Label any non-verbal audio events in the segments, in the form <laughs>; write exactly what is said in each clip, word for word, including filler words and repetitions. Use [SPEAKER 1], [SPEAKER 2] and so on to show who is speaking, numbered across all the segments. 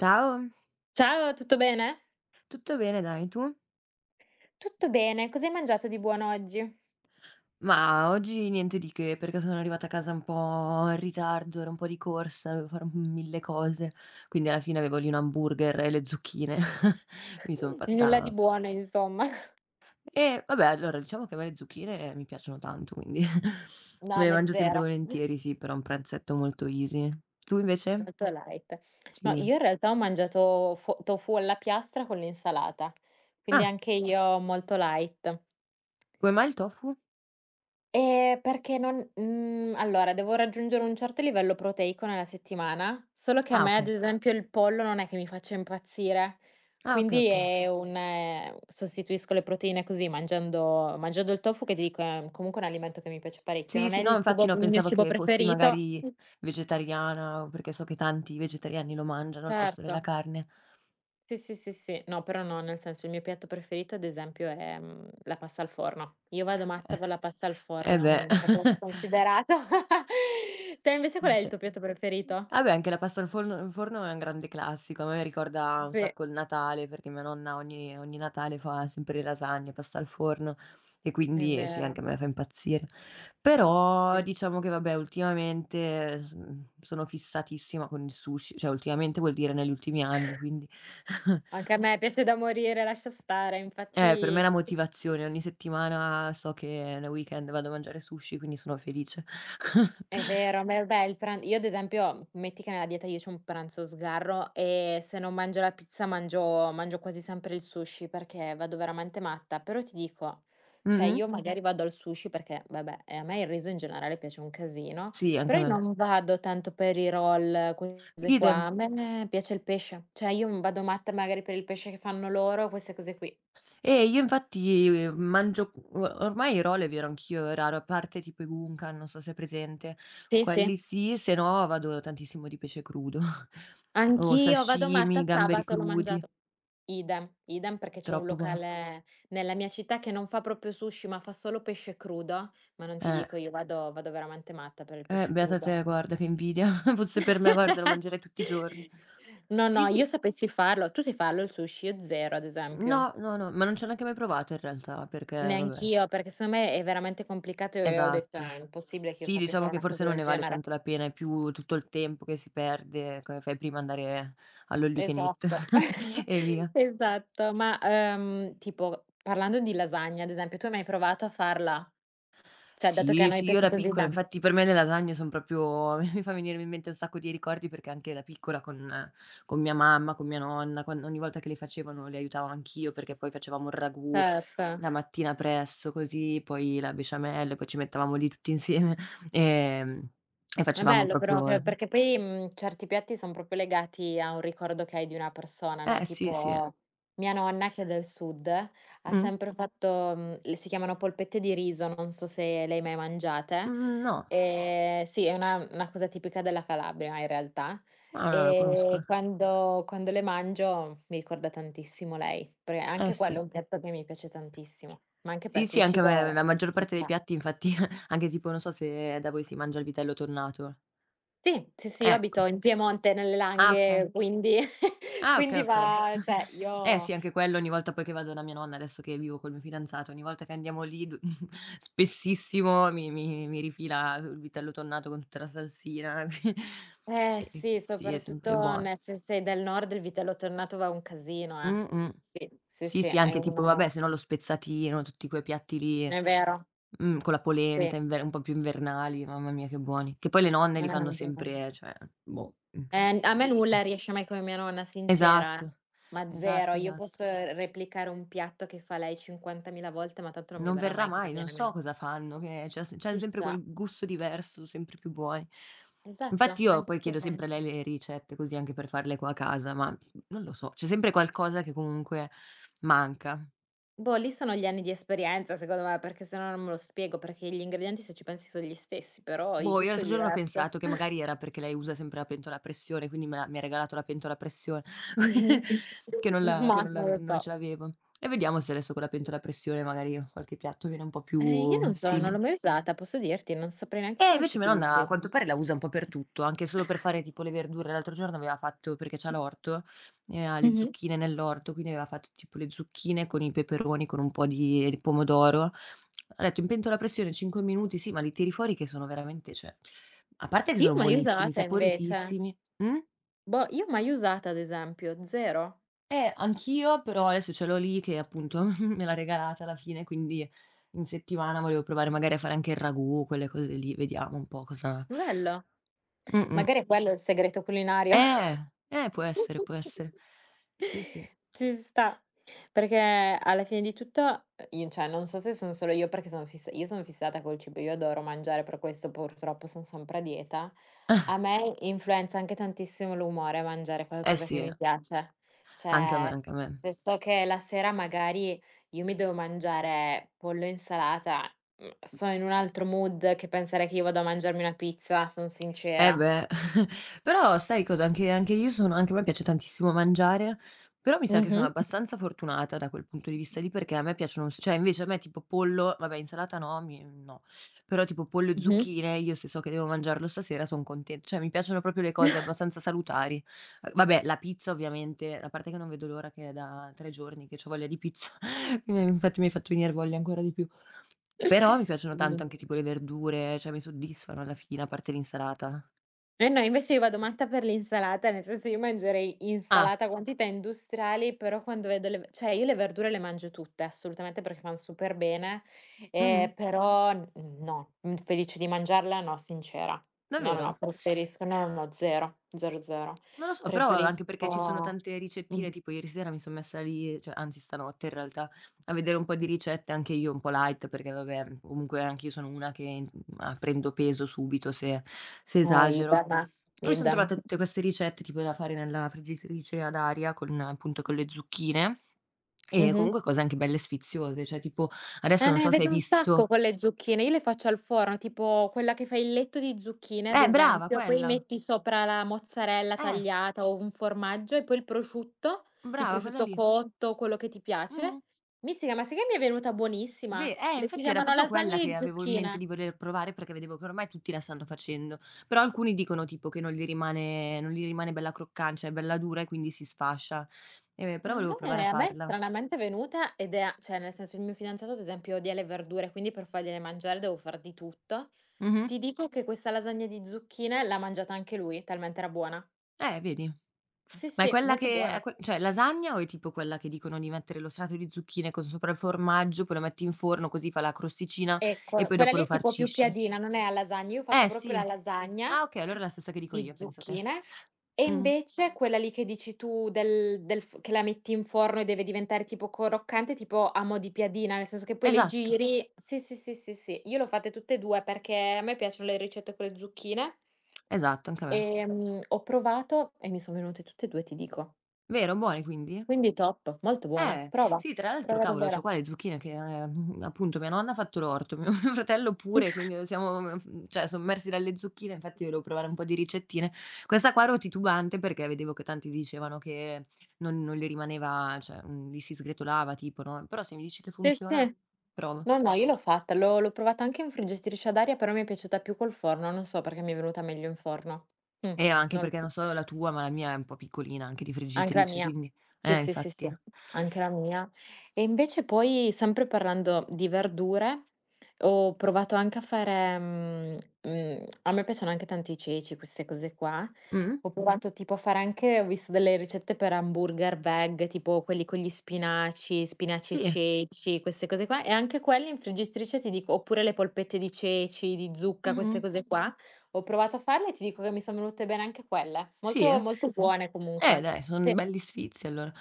[SPEAKER 1] Ciao,
[SPEAKER 2] Ciao, tutto bene?
[SPEAKER 1] tutto bene dai, tu?
[SPEAKER 2] Tutto bene, cos'hai mangiato di buono oggi?
[SPEAKER 1] Ma oggi niente di che, perché sono arrivata a casa un po' in ritardo, ero un po' di corsa, dovevo fare un mille cose, quindi alla fine avevo lì un hamburger e le zucchine. <laughs> Mi son
[SPEAKER 2] Nulla
[SPEAKER 1] fatta
[SPEAKER 2] di buono, insomma.
[SPEAKER 1] e vabbè, allora diciamo che a me le zucchine mi piacciono tanto, quindi <laughs>
[SPEAKER 2] <laughs>
[SPEAKER 1] me
[SPEAKER 2] No,
[SPEAKER 1] le
[SPEAKER 2] me
[SPEAKER 1] mangio sempre
[SPEAKER 2] zero.
[SPEAKER 1] volentieri, sì, però è un pranzetto molto easy. Tu invece?
[SPEAKER 2] Molto light. No,
[SPEAKER 1] Sì.
[SPEAKER 2] io in realtà ho mangiato fo tofu alla piastra con l'insalata, quindi
[SPEAKER 1] Ah,
[SPEAKER 2] anche io molto light.
[SPEAKER 1] come mai il tofu?
[SPEAKER 2] Ehm, perché non mhmm, Allora devo raggiungere un certo livello proteico nella settimana, solo che a
[SPEAKER 1] Ah,
[SPEAKER 2] me ad
[SPEAKER 1] okay.
[SPEAKER 2] esempio il pollo non è che mi faccia impazzire,
[SPEAKER 1] Ah, okay,
[SPEAKER 2] quindi
[SPEAKER 1] okay.
[SPEAKER 2] è un ehm, sostituisco le proteine così mangiando mangiando il tofu che ti dico è comunque un alimento che mi piace parecchio,
[SPEAKER 1] Sì,
[SPEAKER 2] non
[SPEAKER 1] sì,
[SPEAKER 2] è
[SPEAKER 1] no,
[SPEAKER 2] il
[SPEAKER 1] infatti
[SPEAKER 2] cibo
[SPEAKER 1] no,
[SPEAKER 2] il mio
[SPEAKER 1] pensavo
[SPEAKER 2] cibo
[SPEAKER 1] che fossi
[SPEAKER 2] preferito.
[SPEAKER 1] magari vegetariana, perché so che tanti vegetariani lo mangiano al posto della
[SPEAKER 2] Certo.
[SPEAKER 1] carne.
[SPEAKER 2] Sì, sì, sì, sì. No, però no, nel senso il mio piatto preferito ad esempio è, mhmm, la pasta al forno. Io vado
[SPEAKER 1] Eh,
[SPEAKER 2] matta per la pasta al
[SPEAKER 1] eh
[SPEAKER 2] forno in
[SPEAKER 1] beh,
[SPEAKER 2] un modo
[SPEAKER 1] <laughs>
[SPEAKER 2] sconsiderato. <laughs> Te invece qual è il
[SPEAKER 1] dice
[SPEAKER 2] tuo piatto preferito?
[SPEAKER 1] vabbè anche la pasta al forno al forno è un grande classico, a me ricorda un
[SPEAKER 2] Sì,
[SPEAKER 1] sacco il Natale, perché mia nonna ogni ogni Natale fa sempre le lasagne, pasta al forno e
[SPEAKER 2] è
[SPEAKER 1] quindi, eh sì,
[SPEAKER 2] vero,
[SPEAKER 1] anche a me fa impazzire. Però
[SPEAKER 2] sì.
[SPEAKER 1] diciamo che vabbè ultimamente eh, s mhmm, sono fissatissima con il sushi, cioè ultimamente vuol dire negli ultimi anni, quindi <laughs>
[SPEAKER 2] Anche a me piace da morire, lascia stare,
[SPEAKER 1] Eh, per me è
[SPEAKER 2] infatti.
[SPEAKER 1] la motivazione. Ogni settimana so che nel weekend vado a mangiare sushi, quindi sono felice. <laughs>
[SPEAKER 2] È vero, beh beh, il pran io ad esempio, metti che nella dieta io c'ho un pranzo sgarro e se non mangio la pizza mangio mangio quasi sempre il sushi perché vado veramente matta, però ti dico, cioè
[SPEAKER 1] Mh-mh.
[SPEAKER 2] io Mhm. magari vado al sushi perché vabbè, ehm, a me il riso in generale piace un casino,
[SPEAKER 1] Sì, anche
[SPEAKER 2] però
[SPEAKER 1] a
[SPEAKER 2] io
[SPEAKER 1] me.
[SPEAKER 2] non vado tanto per i roll, queste qua, a
[SPEAKER 1] Idem.
[SPEAKER 2] me piace il pesce, cioè io, mhmm, vado matta magari per il pesce che fanno loro, queste cose qui.
[SPEAKER 1] Eh, io infatti, uhm, mangio o ormai i roll li ero anch'io, è raro, a parte tipo i gunkan, non so se è presente.
[SPEAKER 2] Sì, sì,
[SPEAKER 1] Quelli sì, se no vado tantissimo di pesce crudo <laughs> o
[SPEAKER 2] anch'io vado matta,
[SPEAKER 1] sashimi, gamberi
[SPEAKER 2] sabato l'ho
[SPEAKER 1] crudi,
[SPEAKER 2] mangiato. Idem, idem perché c'è un, Cavolo.
[SPEAKER 1] troppo buoni.
[SPEAKER 2] locale nella mia città che non fa proprio sushi, ma fa solo pesce crudo, ma non ti
[SPEAKER 1] Eh,
[SPEAKER 2] dico io vado vado veramente matta per il
[SPEAKER 1] eh,
[SPEAKER 2] pesce
[SPEAKER 1] beata
[SPEAKER 2] crudo.
[SPEAKER 1] te, guarda che invidia. <laughs> Fosse per me, guarda, lo mangerei
[SPEAKER 2] <laughs>
[SPEAKER 1] tutti i giorni.
[SPEAKER 2] No,
[SPEAKER 1] Sì,
[SPEAKER 2] no, io
[SPEAKER 1] sì.
[SPEAKER 2] sapessi farlo tu sai farlo il sushi? Io zero ad
[SPEAKER 1] No,
[SPEAKER 2] esempio.
[SPEAKER 1] no, no, ma non ci ho neanche mai provato in realtà, perché vabbè.
[SPEAKER 2] Neanch'io, perché secondo me è veramente complicato e ho detto: "No,
[SPEAKER 1] Esatto.
[SPEAKER 2] è impossibile che io
[SPEAKER 1] Sì,
[SPEAKER 2] sappia
[SPEAKER 1] diciamo
[SPEAKER 2] fare
[SPEAKER 1] che
[SPEAKER 2] una
[SPEAKER 1] forse
[SPEAKER 2] cosa
[SPEAKER 1] non
[SPEAKER 2] del
[SPEAKER 1] ne vale
[SPEAKER 2] genere."
[SPEAKER 1] tanto la pena, è più tutto il tempo che si perde, come fai prima andare all'all you can eat
[SPEAKER 2] Esatto,
[SPEAKER 1] <laughs>
[SPEAKER 2] <laughs>
[SPEAKER 1] e via.
[SPEAKER 2] esatto. Ma, ehm, tipo parlando di lasagna ad esempio, tu hai mai provato a farla? Cioè dato che a
[SPEAKER 1] Sì,
[SPEAKER 2] noi
[SPEAKER 1] sì, io
[SPEAKER 2] piace
[SPEAKER 1] da
[SPEAKER 2] così
[SPEAKER 1] piccola
[SPEAKER 2] tan.
[SPEAKER 1] infatti per me le lasagne son proprio <laughs> mi fa venire in mente un sacco di ricordi, perché anche da piccola con con mia mamma, con mia nonna, quan ogni volta che le facevano le aiutavo anch'io, perché poi facevamo il ragù.
[SPEAKER 2] Certo,
[SPEAKER 1] La mattina presto così, poi la besciamella, poi ci mettevamo lì tutti insieme, <laughs> ehm, e
[SPEAKER 2] è
[SPEAKER 1] facevamo
[SPEAKER 2] bello però che
[SPEAKER 1] proprio
[SPEAKER 2] perché poi, mhmm, certi piatti son proprio legati a un ricordo che hai di una persona, no,
[SPEAKER 1] eh sì, sì.
[SPEAKER 2] tipo mia nonna che è del sud, ha
[SPEAKER 1] Mh?
[SPEAKER 2] sempre fatto. Mhmm, le si chiamano polpette di riso, non so se le hai mai mangiate.
[SPEAKER 1] Mhmm, no.
[SPEAKER 2] Ehm, sì, è una una cosa tipica della Calabria in realtà.
[SPEAKER 1] No, no, lo conosco.
[SPEAKER 2] E quando quando le mangio mi ricorda tantissimo lei, perché
[SPEAKER 1] Eh
[SPEAKER 2] anche
[SPEAKER 1] sì.
[SPEAKER 2] quello è un piatto che mi piace tantissimo, ma anche
[SPEAKER 1] Sì,
[SPEAKER 2] perché
[SPEAKER 1] sì,
[SPEAKER 2] il
[SPEAKER 1] anche a me la
[SPEAKER 2] cibo
[SPEAKER 1] maggior
[SPEAKER 2] ci
[SPEAKER 1] parte dei
[SPEAKER 2] sta.
[SPEAKER 1] piatti infatti <laughs> anche tipo non so se da voi si mangia il vitello tornato.
[SPEAKER 2] Sì, sì, sì, io
[SPEAKER 1] Ecco.
[SPEAKER 2] abito in Piemonte, nelle
[SPEAKER 1] Ah,
[SPEAKER 2] Langhe,
[SPEAKER 1] okay.
[SPEAKER 2] quindi <laughs>
[SPEAKER 1] Ah, okay,
[SPEAKER 2] quindi,
[SPEAKER 1] okay.
[SPEAKER 2] ah, beh, va, cioè
[SPEAKER 1] <laughs> Eh sì,
[SPEAKER 2] io,
[SPEAKER 1] anche quello ogni volta poi che vado da mia nonna, adesso che vivo col mio fidanzato, ogni volta che andiamo lì d <laughs> spessissimo mi mi mi rifila il vitello tonnato con tutta la salsina, <laughs>
[SPEAKER 2] eh
[SPEAKER 1] e
[SPEAKER 2] sì,
[SPEAKER 1] sì, è sempre
[SPEAKER 2] soprattutto
[SPEAKER 1] buono.
[SPEAKER 2] nel se sei del nord, il vitello tornato va un casino, eh.
[SPEAKER 1] Mh-mh.
[SPEAKER 2] Sì, sì,
[SPEAKER 1] Sì,
[SPEAKER 2] sì,
[SPEAKER 1] sì,
[SPEAKER 2] è
[SPEAKER 1] anche tipo
[SPEAKER 2] uno
[SPEAKER 1] vabbè, se no lo spezzatino, tutti quei piatti lì,
[SPEAKER 2] è vero,
[SPEAKER 1] mhmm, con la
[SPEAKER 2] sì.
[SPEAKER 1] polenta inver un po' più invernali, mamma mia che buoni. Che poi le nonne li fanno
[SPEAKER 2] Eh,
[SPEAKER 1] sempre, cioè boh.
[SPEAKER 2] eh, A
[SPEAKER 1] <laughs>
[SPEAKER 2] me
[SPEAKER 1] I
[SPEAKER 2] nulla riesce mai come mia nonna, sincera, eh.
[SPEAKER 1] esatto,
[SPEAKER 2] Ma zero.
[SPEAKER 1] esatto,
[SPEAKER 2] Io
[SPEAKER 1] esatto.
[SPEAKER 2] posso eh, replicare un piatto che fa lei cinquantamila volte, ma tanto non mi
[SPEAKER 1] Non
[SPEAKER 2] verrà
[SPEAKER 1] verrà
[SPEAKER 2] mai come
[SPEAKER 1] mai, non
[SPEAKER 2] viene a
[SPEAKER 1] so
[SPEAKER 2] me.
[SPEAKER 1] cosa fanno, che c'ha s c'han sempre
[SPEAKER 2] Chissà.
[SPEAKER 1] quel gusto diverso, sempre più buoni. Infatti
[SPEAKER 2] Esatto.
[SPEAKER 1] io
[SPEAKER 2] anche
[SPEAKER 1] poi
[SPEAKER 2] se
[SPEAKER 1] chiedo sempre a lei le ricette, così anche per farle qua a casa, ma, mhmm, non lo so, c'è sempre qualcosa che comunque manca.
[SPEAKER 2] Boh, lì sono gli anni di esperienza secondo me, perché se no non me lo spiego, perché gli ingredienti se ci pensi sono gli stessi, però il
[SPEAKER 1] Boh, io
[SPEAKER 2] gusto è
[SPEAKER 1] l'altro giorno ho
[SPEAKER 2] diverso.
[SPEAKER 1] pensato che magari era perché lei usa sempre la pentola a pressione, quindi me l'ha mi ha regalato la pentola a pressione <laughs>
[SPEAKER 2] Mh-mh.
[SPEAKER 1] che non
[SPEAKER 2] <laughs>
[SPEAKER 1] la che
[SPEAKER 2] Mah,
[SPEAKER 1] non la
[SPEAKER 2] non lo
[SPEAKER 1] non
[SPEAKER 2] so.
[SPEAKER 1] ce l'avevo. E vediamo se adesso con la pentola a pressione magari qualche piatto viene un po'
[SPEAKER 2] Eh, io
[SPEAKER 1] più
[SPEAKER 2] non so, non l'ho
[SPEAKER 1] simile.
[SPEAKER 2] mai usata, posso dirti, non saprei neanche
[SPEAKER 1] Eh,
[SPEAKER 2] come si
[SPEAKER 1] invece mia nonna a
[SPEAKER 2] utilizzi.
[SPEAKER 1] quanto pare la usa un po' per tutto, anche solo per fare tipo le verdure. L'altro giorno aveva fatto perché c'ha l'orto e ha le
[SPEAKER 2] Mh-mh.
[SPEAKER 1] zucchine nell'orto, quindi aveva fatto tipo le zucchine con i peperoni, con un po' di di pomodoro. Ha detto: "In pentola a pressione cinque minuti." Sì, ma li tiri fuori che sono veramente cioè, a parte che
[SPEAKER 2] Io
[SPEAKER 1] sono
[SPEAKER 2] mai
[SPEAKER 1] buonissimi,
[SPEAKER 2] usata invece.
[SPEAKER 1] saporitissimi. Mh?
[SPEAKER 2] Boh, io mai usata ad esempio, zero.
[SPEAKER 1] Eh, anch'io, però adesso ce l'ho lì che appunto <laughs> me l'ha regalata alla fine, quindi in settimana volevo provare magari a fare anche il ragù, quelle cose lì, vediamo un po' cosa
[SPEAKER 2] Bello.
[SPEAKER 1] mh-mh.
[SPEAKER 2] Magari è quello il segreto culinario.
[SPEAKER 1] Eh, eh, può essere, può essere. Sì, sì.
[SPEAKER 2] Ci sta, perché alla fine di tutto, uhm, i cioè non so se sono solo io perché sono fiss io sono fissata col cibo, io adoro mangiare, per questo purtroppo son sempre a dieta. A me influenza anche tantissimo l'umore mangiare
[SPEAKER 1] Eh
[SPEAKER 2] qualcosa che
[SPEAKER 1] sì,
[SPEAKER 2] mi piace.
[SPEAKER 1] anche a me,
[SPEAKER 2] Cioè,
[SPEAKER 1] anche a me.
[SPEAKER 2] se so che la sera magari io mi devo mangiare pollo e insalata, mhmm, sono in un altro mood che pensare che io vado a mangiarmi una pizza, son
[SPEAKER 1] Eh
[SPEAKER 2] sincera.
[SPEAKER 1] beh, <laughs> però sai cosa? Anche anche io sono anche a me piace tantissimo mangiare, però mi sa che sono
[SPEAKER 2] Mh-mh.
[SPEAKER 1] abbastanza fortunata da quel punto di vista lì, perché a me piacciono un s cioè invece a me tipo pollo vabbè insalata no, mi no, però tipo pollo e
[SPEAKER 2] Mh-mh.
[SPEAKER 1] zucchine io se so che devo mangiarlo stasera son conten cioè mi piacciono proprio le cose abbastanza salutari. Uhm, vabbè la pizza ovviamente, a parte che non vedo l'ora che è da tre giorni che c'ho voglia di pizza, <laughs> quindi infatti mi hai fatto venir voglia ancora di più. Però mi piacciono
[SPEAKER 2] Mh.
[SPEAKER 1] tanto anche tipo le verdure, cioè mi soddisfano alla fine, a parte l'insalata.
[SPEAKER 2] E no, invece io vado matta per l'insalata, nel senso io mangerei
[SPEAKER 1] Ah,
[SPEAKER 2] insalata a quantità industriali, però quando vedo le v cioè io le verdure le mangio tutte assolutamente perché fan super bene,
[SPEAKER 1] mh-mh,
[SPEAKER 2] ehm, però n no, mhmm, felice di mangiarla no, sincera. No, no,
[SPEAKER 1] davvero?
[SPEAKER 2] no, preferisco no, no, no, zero, zero, zero.
[SPEAKER 1] Non lo so, però anche perché ci sono
[SPEAKER 2] Preferisco
[SPEAKER 1] tante
[SPEAKER 2] mh.
[SPEAKER 1] ricettine, tipo ieri sera mi son messa lì, cioè anzi stanotte in realtà, a vedere un po' di ricette anche io un po' light, perché vabbè comunque anch'io sono una che, mhmm, ah, prendo peso subito se se
[SPEAKER 2] Eh,
[SPEAKER 1] esagero.
[SPEAKER 2] idem, eh,
[SPEAKER 1] E mi son
[SPEAKER 2] idem.
[SPEAKER 1] trovata tutte queste ricette tipo da fare nella friggitrice ad aria con appunto con le zucchine e
[SPEAKER 2] Mh-mh.
[SPEAKER 1] comunque cose anche belle sfiziose, cioè tipo
[SPEAKER 2] Eh,
[SPEAKER 1] adesso non
[SPEAKER 2] ne
[SPEAKER 1] so se hai
[SPEAKER 2] vedo un sacco
[SPEAKER 1] visto
[SPEAKER 2] con le zucchine. Io le faccio al forno, tipo quella che fa il letto di zucchine, ad
[SPEAKER 1] eh brava
[SPEAKER 2] esempio, poi
[SPEAKER 1] quella,
[SPEAKER 2] metti sopra la mozzarella
[SPEAKER 1] eh,
[SPEAKER 2] tagliata o un formaggio e poi il prosciutto, il
[SPEAKER 1] brava quella
[SPEAKER 2] prosciutto
[SPEAKER 1] lì.
[SPEAKER 2] cotto, quello che ti
[SPEAKER 1] Mh-mh.
[SPEAKER 2] piace. Mizzica, ma sai che mi è venuta
[SPEAKER 1] Ve
[SPEAKER 2] buonissima?
[SPEAKER 1] eh,
[SPEAKER 2] Le, si
[SPEAKER 1] infatti era
[SPEAKER 2] chiamano
[SPEAKER 1] proprio quella
[SPEAKER 2] lasagne
[SPEAKER 1] che
[SPEAKER 2] di
[SPEAKER 1] avevo in mente
[SPEAKER 2] zucchine.
[SPEAKER 1] di voler provare, perché vedevo che ormai tutti la stanno facendo. Però alcuni dicono tipo che non gli rimane non gli rimane bella croccan cioè bella dura e quindi si sfascia. Ehm, però
[SPEAKER 2] Ma a
[SPEAKER 1] volevo provare a
[SPEAKER 2] me, a me è
[SPEAKER 1] farla.
[SPEAKER 2] stranamente venuta ed è, cioè, nel senso, il mio fidanzato, ad esempio, odia le verdure, quindi per fargliele mangiare devo far di tutto.
[SPEAKER 1] Mh-mh.
[SPEAKER 2] Ti dico che questa lasagna di zucchine l'ha mangiata anche lui, talmente era buona.
[SPEAKER 1] Eh, vedi.
[SPEAKER 2] Sì,
[SPEAKER 1] Ma è
[SPEAKER 2] sì,
[SPEAKER 1] quella
[SPEAKER 2] molto
[SPEAKER 1] che
[SPEAKER 2] buona.
[SPEAKER 1] è que cioè lasagna o è tipo quella che dicono di mettere lo strato di zucchine con sopra il formaggio, poi lo metti in forno così fa la crosticina e
[SPEAKER 2] Ecco,
[SPEAKER 1] poi
[SPEAKER 2] quella
[SPEAKER 1] dopo
[SPEAKER 2] lì
[SPEAKER 1] lo
[SPEAKER 2] è tipo più
[SPEAKER 1] farcisci?
[SPEAKER 2] piadina, non è a lasagna. Io ho fatto
[SPEAKER 1] Eh,
[SPEAKER 2] proprio
[SPEAKER 1] sì.
[SPEAKER 2] la lasagna
[SPEAKER 1] Ah, okay, allora è la stessa che dico
[SPEAKER 2] di
[SPEAKER 1] io, pensa te.
[SPEAKER 2] zucchine e
[SPEAKER 1] Mh.
[SPEAKER 2] invece quella lì che dici tu del del f che la metti in forno e deve diventare tipo croccante, tipo a mo' di piadina, nel senso che poi le
[SPEAKER 1] Esatto,
[SPEAKER 2] giri sì, sì, sì, sì, sì. Io l'ho fatte tutte e due perché a me piacciono le ricette con le zucchine,
[SPEAKER 1] esatto, anche a me.
[SPEAKER 2] ehm, ho provato e mi son venute tutte e due, ti dico.
[SPEAKER 1] Vero? Buoni quindi?
[SPEAKER 2] Quindi top, molto buona.
[SPEAKER 1] Eh,
[SPEAKER 2] Prova,
[SPEAKER 1] sì tra l'altro
[SPEAKER 2] prova
[SPEAKER 1] cavolo, c'ho
[SPEAKER 2] davvero.
[SPEAKER 1] qua le zucchine che, ehm, appunto mia nonna ha fatto l'orto, mio <laughs> mio fratello pure, quindi
[SPEAKER 2] <laughs>
[SPEAKER 1] siamo, mhmm, cioè sommersi dalle zucchine, infatti volevo provare un po' di ricettine. Questa qua ero titubante perché vedevo che tanti dicevano che non non le rimaneva cioè, mhmm, li si sgretolava tipo, no, però se mi dici che
[SPEAKER 2] Sì,
[SPEAKER 1] funziona,
[SPEAKER 2] sì.
[SPEAKER 1] provo.
[SPEAKER 2] No, no, io l'ho fatta, l'ho l'ho provata anche in friggitrice ad aria, però mi è piaciuta più col forno, non so perché mi è venuta meglio in forno. Mh,
[SPEAKER 1] E anche
[SPEAKER 2] non lo
[SPEAKER 1] perché
[SPEAKER 2] so.
[SPEAKER 1] non so la tua, ma la mia è un po' piccolina, anche di
[SPEAKER 2] Anche la
[SPEAKER 1] friggitrice,
[SPEAKER 2] mia.
[SPEAKER 1] quindi
[SPEAKER 2] Sì,
[SPEAKER 1] eh
[SPEAKER 2] sì, sì, sì,
[SPEAKER 1] infatti.
[SPEAKER 2] anche la mia. E invece poi, sempre parlando di verdure, ho provato anche a fare, mhmm, mhmm, a me piacciono anche tanto i ceci, queste cose qua.
[SPEAKER 1] Mh?
[SPEAKER 2] Ho provato tipo a fare anche ho visto delle ricette per hamburger veg, tipo quelli con gli spinaci, spinaci e
[SPEAKER 1] Sì.
[SPEAKER 2] ceci, queste cose qua, e anche quelli in friggitrice ti dico oppure le polpette di ceci, di zucca, queste
[SPEAKER 1] Mh-mh.
[SPEAKER 2] cose qua. Ho provato a farle e ti dico che mi son venute bene anche quelle.
[SPEAKER 1] Sì?
[SPEAKER 2] Molto molto buone
[SPEAKER 1] Eh
[SPEAKER 2] comunque.
[SPEAKER 1] dai, son
[SPEAKER 2] Sì,
[SPEAKER 1] belli sfizi allora.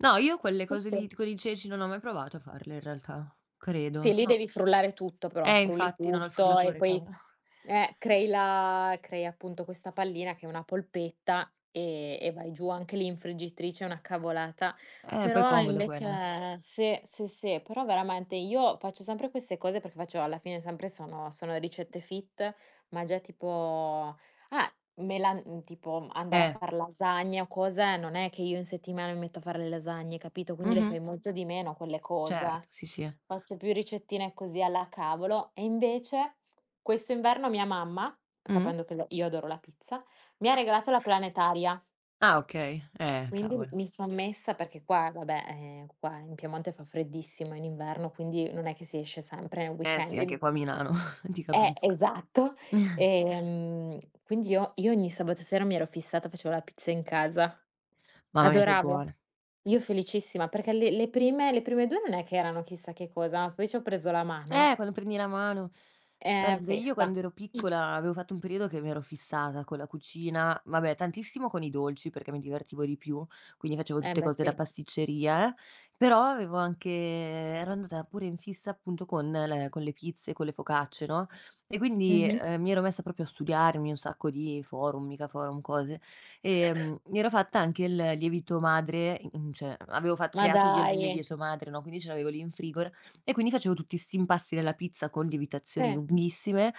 [SPEAKER 1] No, io quelle
[SPEAKER 2] sì,
[SPEAKER 1] cose
[SPEAKER 2] sì.
[SPEAKER 1] lì, con i ceci non ho mai provato a farle in realtà, credo,
[SPEAKER 2] Sì, lì
[SPEAKER 1] no.
[SPEAKER 2] devi frullare tutto però,
[SPEAKER 1] Eh,
[SPEAKER 2] frulli
[SPEAKER 1] infatti non ho il
[SPEAKER 2] tutto e
[SPEAKER 1] frullatore,
[SPEAKER 2] poi
[SPEAKER 1] cavolo. <laughs>
[SPEAKER 2] eh, crei la crei appunto questa pallina che è una polpetta, e e vai giù anche lì in friggitrice, è una cavolata.
[SPEAKER 1] Eh, poi è
[SPEAKER 2] Però
[SPEAKER 1] comoda quella.
[SPEAKER 2] invece sì, sì, sì, però veramente io faccio sempre queste cose perché faccio alla fine sempre sono sono ricette fit, ma già tipo ah, melan mhmm, tipo andare a
[SPEAKER 1] Eh,
[SPEAKER 2] far lasagne o cose, non è che io in settimana mi metto a fare le lasagne, capito? Quindi le
[SPEAKER 1] mh-mh,
[SPEAKER 2] fai molto di meno quelle
[SPEAKER 1] certo,
[SPEAKER 2] cose.
[SPEAKER 1] sì, sì.
[SPEAKER 2] Faccio più ricettine così alla cavolo e invece questo inverno mia mamma,
[SPEAKER 1] Mh?
[SPEAKER 2] sapendo che l io adoro la pizza, mi ha regalato la planetaria,
[SPEAKER 1] Ah, okay. Eh,
[SPEAKER 2] quindi
[SPEAKER 1] cavolo.
[SPEAKER 2] mi son messa perché qua vabbè, ehm, qua in Piemonte fa freddissimo in inverno, quindi non è che si esce sempre nel
[SPEAKER 1] Eh sì,
[SPEAKER 2] weekend. In
[SPEAKER 1] anche qua a Milano, <laughs> ti
[SPEAKER 2] eh,
[SPEAKER 1] capisco.
[SPEAKER 2] Esatto. Ehm, quindi io io ogni sabato sera mi ero fissata, facevo la pizza in casa.
[SPEAKER 1] Mamma mia che
[SPEAKER 2] Adoravo.
[SPEAKER 1] buone.
[SPEAKER 2] Io felicissima, perché le le prime le prime due non è che erano chissà che cosa, ma poi ci ho preso la
[SPEAKER 1] Eh,
[SPEAKER 2] mano,
[SPEAKER 1] quando prendi la mano.
[SPEAKER 2] ehm,
[SPEAKER 1] Guarda, io
[SPEAKER 2] festa.
[SPEAKER 1] quando ero piccola avevo fatto un periodo che mi ero fissata con la cucina, vabbè tantissimo con i dolci perché mi divertivo di più, quindi facevo
[SPEAKER 2] Eh
[SPEAKER 1] tutte
[SPEAKER 2] beh
[SPEAKER 1] cose da
[SPEAKER 2] sì.
[SPEAKER 1] pasticceria, eh, però avevo anche ero andata pure in fissa appunto con le con le pizze, con le focacce, no, e quindi,
[SPEAKER 2] Mh-mh.
[SPEAKER 1] ehm, mi ero messa proprio a studiarmi un sacco di forum, mica forum, cose, ehm, mi ero fatta anche il lievito madre, mhmm, cioè avevo fat
[SPEAKER 2] Ma
[SPEAKER 1] creato io il
[SPEAKER 2] dai.
[SPEAKER 1] lievito madre, no, quindi ce l'avevo lì in frigo e quindi facevo tutti 'sti impasti della pizza con lievitazioni
[SPEAKER 2] Sì.
[SPEAKER 1] lunghissime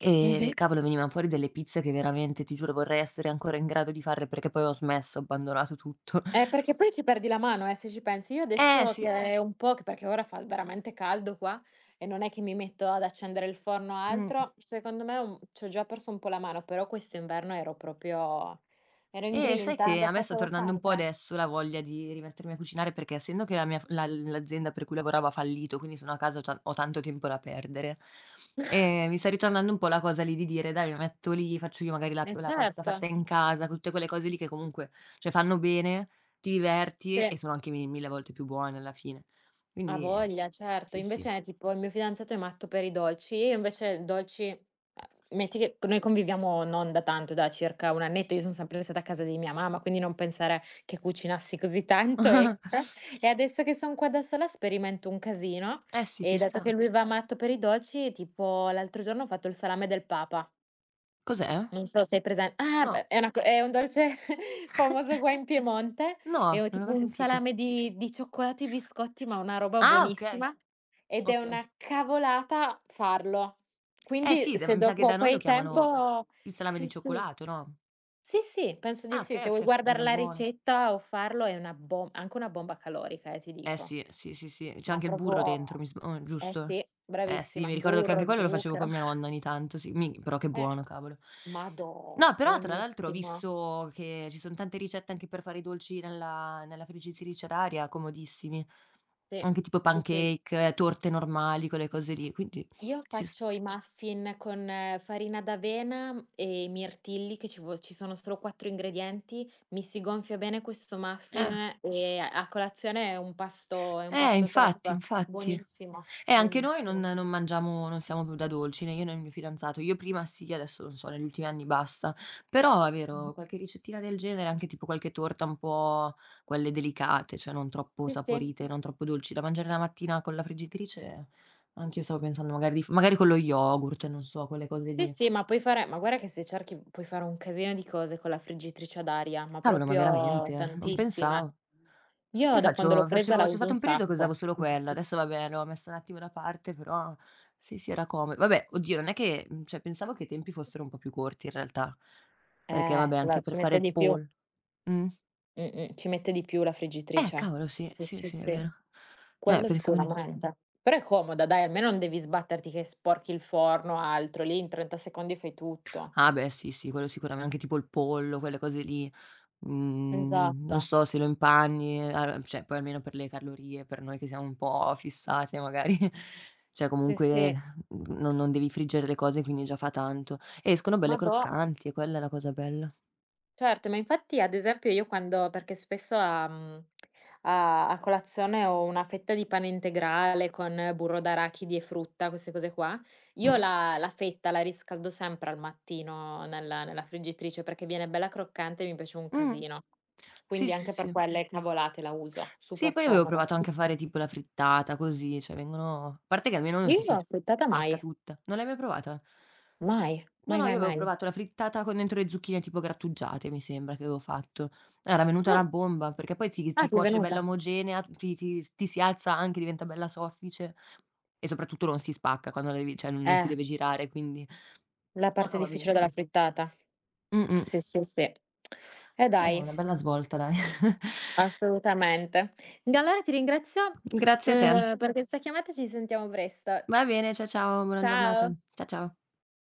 [SPEAKER 1] e
[SPEAKER 2] Mh-mh.
[SPEAKER 1] cavolo venivan fuori delle pizze che veramente, ti giuro, vorrei essere ancora in grado di farle perché poi ho smesso, ho abbandonato tutto.
[SPEAKER 2] Eh, perché poi ci perdi la mano, eh, se ci pensi. Io
[SPEAKER 1] Eh
[SPEAKER 2] adesso che
[SPEAKER 1] sì.
[SPEAKER 2] è un po' che perché ora fa veramente caldo qua e non è che mi metto ad accendere il forno o
[SPEAKER 1] Mh.
[SPEAKER 2] altro, secondo me un c'ho già perso un po' la mano, però questo inverno ero proprio ero
[SPEAKER 1] Eh, sai
[SPEAKER 2] ingrinta,
[SPEAKER 1] che
[SPEAKER 2] lo
[SPEAKER 1] a me sta
[SPEAKER 2] facevo
[SPEAKER 1] tornando un po'
[SPEAKER 2] sempre.
[SPEAKER 1] adesso la voglia di rimettermi a cucinare perché essendo che la mia f la l'azienda per cui lavoravo ha fallito, quindi sono a casa, ho tan ho tanto tempo da perdere, ehm, mi sta ritornando un po' la cosa lì di dire: "Dai, mi metto lì, faccio io magari la p
[SPEAKER 2] Eh
[SPEAKER 1] la pasta
[SPEAKER 2] certo.
[SPEAKER 1] fatta in casa", co tutte quelle cose lì che comunque, cioè fanno bene, ti diverti
[SPEAKER 2] Sì.
[SPEAKER 1] e sono anche mi mille volte più buone alla fine.
[SPEAKER 2] A
[SPEAKER 1] Quindi
[SPEAKER 2] voglia, certo.
[SPEAKER 1] sì, sì.
[SPEAKER 2] Invece tipo il mio fidanzato è matto per i dolci, io invece dolci ehm, metti che noi conviviamo non da tanto, da circa un annetto, io son sempre stata a casa di mia mamma, quindi non pensare che cucinassi così tanto, ecco.
[SPEAKER 1] <laughs>
[SPEAKER 2] E adesso che son qua da sola sperimento un casino
[SPEAKER 1] Eh sì, ci
[SPEAKER 2] e dato che
[SPEAKER 1] sta.
[SPEAKER 2] lui va matto per i dolci, tipo l'altro giorno ho fatto il salame del papa.
[SPEAKER 1] Cos'è?
[SPEAKER 2] Non so se hai presen ah,
[SPEAKER 1] No,
[SPEAKER 2] beh, è una co è un dolce <laughs> famoso qua in Piemonte, è
[SPEAKER 1] no,
[SPEAKER 2] o
[SPEAKER 1] non l'ho
[SPEAKER 2] tipo
[SPEAKER 1] mai
[SPEAKER 2] un
[SPEAKER 1] sentito.
[SPEAKER 2] salame di di cioccolato e biscotti, ma una roba
[SPEAKER 1] Ah, okay,
[SPEAKER 2] buonissima, ed è
[SPEAKER 1] okay.
[SPEAKER 2] una cavolata farlo.
[SPEAKER 1] Eh
[SPEAKER 2] Quindi
[SPEAKER 1] sì, d
[SPEAKER 2] se
[SPEAKER 1] mi sa che da
[SPEAKER 2] dopo
[SPEAKER 1] noi
[SPEAKER 2] poi
[SPEAKER 1] lo
[SPEAKER 2] hai
[SPEAKER 1] chiamano
[SPEAKER 2] tempo
[SPEAKER 1] il salame
[SPEAKER 2] sì,
[SPEAKER 1] di
[SPEAKER 2] sì.
[SPEAKER 1] cioccolato, no?
[SPEAKER 2] Sì, sì, penso di
[SPEAKER 1] Ah,
[SPEAKER 2] sì.
[SPEAKER 1] okay,
[SPEAKER 2] Se vuoi
[SPEAKER 1] okay.
[SPEAKER 2] guardar
[SPEAKER 1] Minchia
[SPEAKER 2] la
[SPEAKER 1] buono.
[SPEAKER 2] ricetta o farlo è una bom anche una bomba calorica, eh, ti
[SPEAKER 1] Eh
[SPEAKER 2] dico.
[SPEAKER 1] sì, sì, sì, sì. C'è
[SPEAKER 2] Ma
[SPEAKER 1] anche il burro dentro,
[SPEAKER 2] proprio
[SPEAKER 1] mi sb o
[SPEAKER 2] eh
[SPEAKER 1] giusto?
[SPEAKER 2] sì,
[SPEAKER 1] Eh sì,
[SPEAKER 2] bravissima.
[SPEAKER 1] mi ricordo che anche
[SPEAKER 2] Burro,
[SPEAKER 1] quello lo facevo
[SPEAKER 2] zucchero.
[SPEAKER 1] con mia nonna ogni tanto, sì, mi però che
[SPEAKER 2] Eh.
[SPEAKER 1] buono, cavolo.
[SPEAKER 2] Madò,
[SPEAKER 1] No, però tra l'altro ho
[SPEAKER 2] buonissimo.
[SPEAKER 1] visto che ci son tante ricette anche per fare i dolci nella nella friggitrice ad aria, comodissimi.
[SPEAKER 2] Sì,
[SPEAKER 1] Anche tipo
[SPEAKER 2] sì, sì.
[SPEAKER 1] pancake, eh, torte normali, quelle cose lì, quindi
[SPEAKER 2] Io
[SPEAKER 1] ci s
[SPEAKER 2] faccio i muffin con eh, farina d'avena mm, e mirtilli che ci vo ci sono solo quattro ingredienti, mi si gonfia bene questo
[SPEAKER 1] eh.
[SPEAKER 2] muffin e a a colazione è un pasto è un
[SPEAKER 1] Eh
[SPEAKER 2] pasto
[SPEAKER 1] infatti,
[SPEAKER 2] top.
[SPEAKER 1] infatti.
[SPEAKER 2] Buonissimo,
[SPEAKER 1] Eh, anche noi non
[SPEAKER 2] buonissimo.
[SPEAKER 1] non mangiamo non siamo più da dolci, né io né il mio fidanzato. Io prima sì, adesso non so, negli ultimi anni basta. Però è vero, qualche ricettina del genere, anche tipo qualche torta un po' quelle delicate, cioè non troppo
[SPEAKER 2] Sì, sì.
[SPEAKER 1] saporite, non troppo dolci, da mangiare la mattina con la friggitrice, anch'io stavo pensando magari di f magari con lo yogurt, non so, quelle cose
[SPEAKER 2] Sì,
[SPEAKER 1] lì.
[SPEAKER 2] sì, ma puoi fare ma guarda che se cerchi puoi fare un casino di cose con la friggitrice ad aria, ma
[SPEAKER 1] Cavolo, ma
[SPEAKER 2] proprio
[SPEAKER 1] veramente? Eh, non
[SPEAKER 2] tantissime.
[SPEAKER 1] pensavo.
[SPEAKER 2] Io
[SPEAKER 1] Io
[SPEAKER 2] da quando l'ho
[SPEAKER 1] faccio
[SPEAKER 2] presa
[SPEAKER 1] facevo
[SPEAKER 2] la
[SPEAKER 1] c'è
[SPEAKER 2] uso
[SPEAKER 1] stato
[SPEAKER 2] un
[SPEAKER 1] un periodo che usavo
[SPEAKER 2] sacco.
[SPEAKER 1] solo quella, adesso vabbè l'ho messa un attimo da parte, però sì, sì era como vabbè, oddio non è che mhmm, cioè pensavo che i tempi fossero un po' più corti in realtà, perché
[SPEAKER 2] Eh,
[SPEAKER 1] vabbè
[SPEAKER 2] se
[SPEAKER 1] anche
[SPEAKER 2] la
[SPEAKER 1] per
[SPEAKER 2] ci
[SPEAKER 1] fare
[SPEAKER 2] mette
[SPEAKER 1] il
[SPEAKER 2] di più.
[SPEAKER 1] poll mh.
[SPEAKER 2] Mh-mh, ci mette di più la
[SPEAKER 1] Eh
[SPEAKER 2] friggitrice.
[SPEAKER 1] cavolo sì,
[SPEAKER 2] Sì,
[SPEAKER 1] sì,
[SPEAKER 2] sì,
[SPEAKER 1] sì è
[SPEAKER 2] sì.
[SPEAKER 1] vero. Eh
[SPEAKER 2] Quello
[SPEAKER 1] pensavo di no.
[SPEAKER 2] sicuramente. Però è comoda dai, almeno non devi sbatterti che sporchi il forno, o altro. Lì in trenta secondi fai tutto.
[SPEAKER 1] Ah beh sì, sì quello sicurame anche tipo il pollo, quelle cose lì. Mhmm,
[SPEAKER 2] Esatto.
[SPEAKER 1] non so, se lo impanni, a cioè poi almeno per le calorie, per noi che siamo un po' fissate magari, <laughs> cioè
[SPEAKER 2] Sì,
[SPEAKER 1] comunque,
[SPEAKER 2] sì.
[SPEAKER 1] mhmm, non non devi friggere le cose, quindi già fa tanto. E escono belle
[SPEAKER 2] Madò.
[SPEAKER 1] croccanti e quella è la cosa bella.
[SPEAKER 2] Certo, ma infatti ad esempio io quando perché spesso a mhmm, a a colazione ho una fetta di pane integrale con burro d'arachidi e frutta, queste cose qua, io
[SPEAKER 1] Mh-mh,
[SPEAKER 2] la la fetta la riscaldo sempre al mattino nella nella friggitrice perché viene bella croccante e mi piace un
[SPEAKER 1] mh.
[SPEAKER 2] casino.
[SPEAKER 1] Sì,
[SPEAKER 2] Quindi
[SPEAKER 1] sì,
[SPEAKER 2] anche per
[SPEAKER 1] sì.
[SPEAKER 2] quelle cavolate la uso,
[SPEAKER 1] Sì,
[SPEAKER 2] super
[SPEAKER 1] poi avevo
[SPEAKER 2] comoda.
[SPEAKER 1] provato anche a fare tipo la frittata così, cioè vengono a parte che almeno non
[SPEAKER 2] Io
[SPEAKER 1] ti
[SPEAKER 2] non
[SPEAKER 1] si
[SPEAKER 2] l'ho affettata mai,
[SPEAKER 1] spacca tutta. Non l'hai mai provata?
[SPEAKER 2] mai,
[SPEAKER 1] No,
[SPEAKER 2] mai,
[SPEAKER 1] no, io
[SPEAKER 2] mai,
[SPEAKER 1] avevo
[SPEAKER 2] mai.
[SPEAKER 1] provato la frittata con dentro le zucchine tipo grattugiate, mi sembra che avevo fatto. Era venuta una
[SPEAKER 2] No.
[SPEAKER 1] bomba, perché poi ti
[SPEAKER 2] Ah,
[SPEAKER 1] si
[SPEAKER 2] ti è
[SPEAKER 1] cuoce bella
[SPEAKER 2] venuta?
[SPEAKER 1] omogenea, ti ti s ti si alza anche, diventa bella soffice e soprattutto non si spacca quando la devi cioè non si
[SPEAKER 2] Eh,
[SPEAKER 1] deve girare, quindi
[SPEAKER 2] la
[SPEAKER 1] no,
[SPEAKER 2] parte
[SPEAKER 1] no, va
[SPEAKER 2] difficile della
[SPEAKER 1] benissimo.
[SPEAKER 2] frittata.
[SPEAKER 1] Mh-mh.
[SPEAKER 2] Sì, sì, sì. E
[SPEAKER 1] Era
[SPEAKER 2] dai.
[SPEAKER 1] una bella svolta dai.
[SPEAKER 2] Assolutamente. Allora ti ringrazio,
[SPEAKER 1] <laughs> Grazie a te.
[SPEAKER 2] uhm, per questa chiamata, e ci sentiamo presto.
[SPEAKER 1] Va bene, ciao, ciao, buona giornata.
[SPEAKER 2] Ciao.
[SPEAKER 1] Cia ciao.